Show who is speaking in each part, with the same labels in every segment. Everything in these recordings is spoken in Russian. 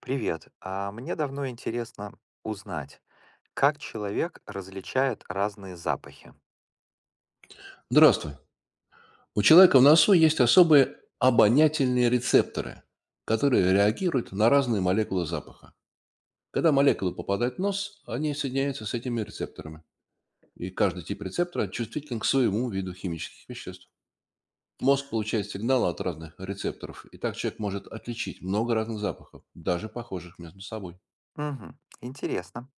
Speaker 1: Привет. А мне давно интересно узнать, как человек различает разные запахи.
Speaker 2: Здравствуй. У человека в носу есть особые обонятельные рецепторы, которые реагируют на разные молекулы запаха. Когда молекулы попадают в нос, они соединяются с этими рецепторами. И каждый тип рецептора чувствителен к своему виду химических веществ. Мозг получает сигналы от разных рецепторов, и так человек может отличить много разных запахов, даже похожих между собой.
Speaker 1: Мгм. Интересно.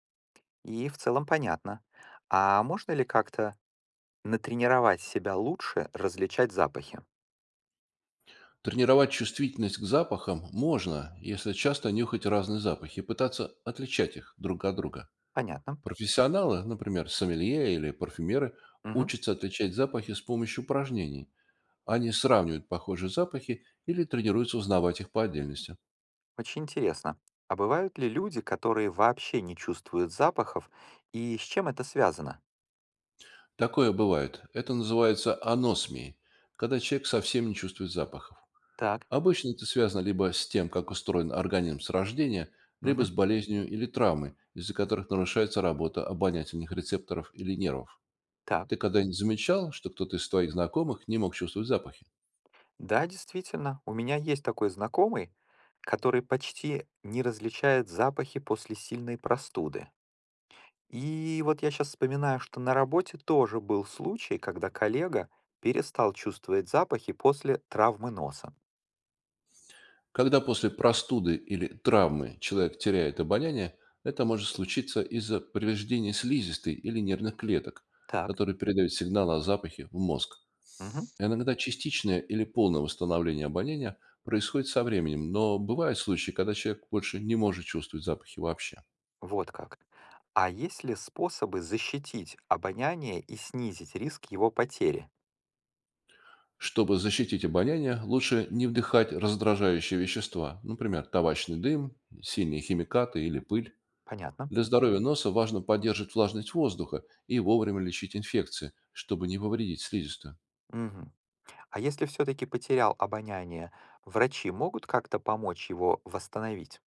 Speaker 1: И в целом понятно. А можно ли как-то натренировать себя лучше различать запахи?
Speaker 2: Тренировать чувствительность к запахам можно, если часто нюхать разные запахи и пытаться отличать их друг от друга.
Speaker 1: Понятно.
Speaker 2: Профессионалы, например, сомелье или парфюмеры,
Speaker 1: Мгм.
Speaker 2: учатся отличать запахи с помощью упражнений. Они сравнивают похожие запахи или тренируются узнавать их по отдельности.
Speaker 1: Очень интересно. А бывают ли люди, которые вообще не чувствуют запахов, и с чем это связано?
Speaker 2: Такое бывает. Это называется аносмией, когда человек совсем не чувствует запахов.
Speaker 1: Так.
Speaker 2: Обычно это связано либо с тем, как устроен организм с рождения, либо
Speaker 1: Мгм.
Speaker 2: с болезнью или травмой, из-за которых нарушается работа обонятельных рецепторов или нервов.
Speaker 1: Так.
Speaker 2: Ты когда-нибудь замечал, что кто-то из твоих знакомых не мог чувствовать запахи?
Speaker 1: Да, действительно, у меня есть такой знакомый, который почти не различает запахи после сильной простуды. И вот я сейчас вспоминаю, что на работе тоже был случай, когда коллега перестал чувствовать запахи после травмы носа.
Speaker 2: Когда после простуды или травмы человек теряет обоняние, это может случиться из-за повреждения слизистой или нервных клеток,
Speaker 1: Так,
Speaker 2: которые передают сигналы о запахе в мозг.
Speaker 1: мгм,
Speaker 2: Иногда частичное или полное восстановление обоняния происходит со временем, но бывают случаи, когда человек больше не может чувствовать запахи вообще.
Speaker 1: вот как. А есть ли способы защитить обоняние и снизить риск его потери?
Speaker 2: Чтобы защитить обоняние, лучше не вдыхать раздражающие вещества, например, табачный дым, сильные химикаты или пыль.
Speaker 1: Понятно.
Speaker 2: Для здоровья носа важно поддерживать влажность воздуха и вовремя лечить инфекции, чтобы не повредить слизистую.
Speaker 1: Мгм. А если все-таки потерял обоняние, врачи могут как-то помочь его восстановить?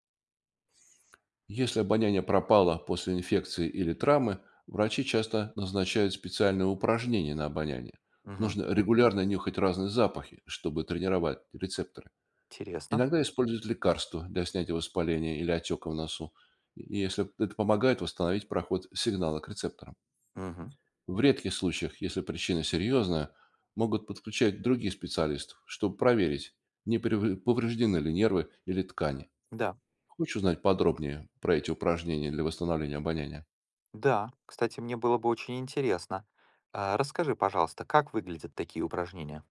Speaker 2: Если обоняние пропало после инфекции или травмы, врачи часто назначают специальные упражнения на обоняние.
Speaker 1: Мгм.
Speaker 2: Нужно регулярно нюхать разные запахи, чтобы тренировать рецепторы.
Speaker 1: Интересно.
Speaker 2: Иногда используют лекарства для снятия воспаления или отека в носу, если это помогает восстановить проход сигнала к рецепторам.
Speaker 1: Мгм.
Speaker 2: В редких случаях, если причина серьезная, могут подключать других специалистов, чтобы проверить, не прев- повреждены ли нервы или ткани.
Speaker 1: Да,
Speaker 2: Хочешь узнать подробнее про эти упражнения для восстановления обоняния?
Speaker 1: да. Кстати, мне было бы очень интересно. Расскажи, пожалуйста, как выглядят такие упражнения?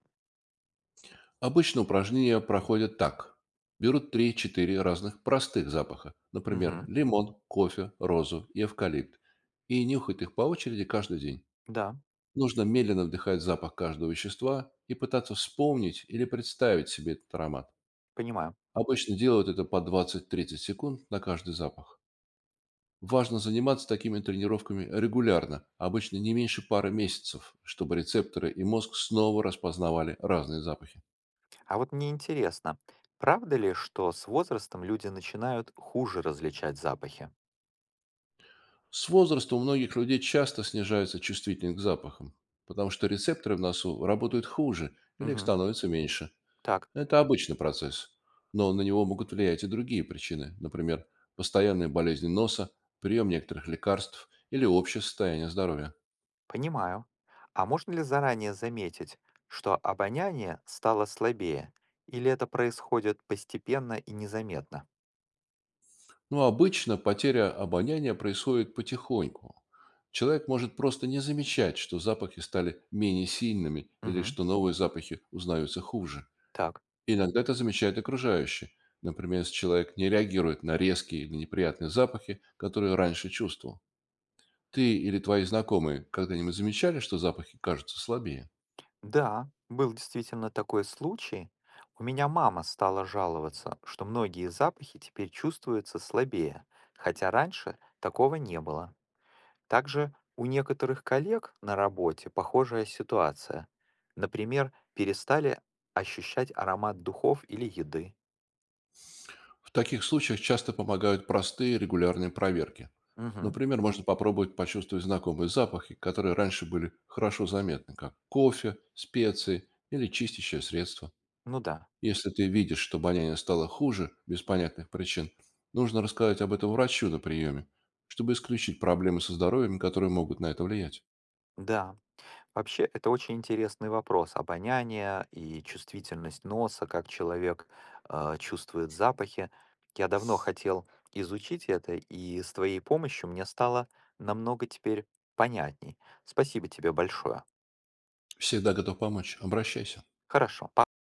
Speaker 2: Обычно упражнения проходят так. Берут три-четыре разных простых запаха, например,
Speaker 1: Мгм.
Speaker 2: лимон, кофе, розу и эвкалипт, и нюхают их по очереди каждый день.
Speaker 1: Да,
Speaker 2: Нужно медленно вдыхать запах каждого вещества и пытаться вспомнить или представить себе этот аромат.
Speaker 1: понимаю.
Speaker 2: Обычно делают это по 20-30 секунд на каждый запах. Важно заниматься такими тренировками регулярно, обычно не меньше пары месяцев, чтобы рецепторы и мозг снова распознавали разные запахи.
Speaker 1: А вот мне интересно, правда ли, что с возрастом люди начинают хуже различать запахи?
Speaker 2: С возрастом у многих людей часто снижается чувствительность к запахам, потому что рецепторы в носу работают хуже или их
Speaker 1: Мгм.
Speaker 2: становится меньше.
Speaker 1: Так,
Speaker 2: Это обычный процесс, но на него могут влиять и другие причины, например, постоянные болезни носа, прием некоторых лекарств или общее состояние здоровья.
Speaker 1: понимаю. А можно ли заранее заметить, что обоняние стало слабее? Или это происходит постепенно и незаметно?
Speaker 2: Но обычно потеря обоняния происходит потихоньку. Человек может просто не замечать, что запахи стали менее сильными или
Speaker 1: Мгм.
Speaker 2: что новые запахи узнаются хуже.
Speaker 1: Так.
Speaker 2: Иногда это замечают окружающие. Например, если человек не реагирует на резкие или неприятные запахи, которые раньше чувствовал. Ты или твои знакомые когда-нибудь замечали, что запахи кажутся слабее?
Speaker 1: Да, был действительно такой случай. У меня мама стала жаловаться, что многие запахи теперь чувствуются слабее, хотя раньше такого не было. Также у некоторых коллег на работе похожая ситуация. Например, перестали ощущать аромат духов или еды.
Speaker 2: В таких случаях часто помогают простые регулярные проверки.
Speaker 1: Мгм.
Speaker 2: Например, можно попробовать почувствовать знакомые запахи, которые раньше были хорошо заметны, как кофе, специи или чистящее средство.
Speaker 1: Ну да,
Speaker 2: Если ты видишь, что обоняние стало хуже без понятных причин, нужно рассказать об этом врачу на приеме, чтобы исключить проблемы со здоровьем, которые могут на это влиять.
Speaker 1: да. Вообще, это очень интересный вопрос. Обоняние и чувствительность носа, как человек чувствует запахи. Я давно хотел изучить это, и с твоей помощью мне стало намного теперь понятней. Спасибо тебе большое.
Speaker 2: Всегда готов помочь. Обращайся.
Speaker 1: Хорошо.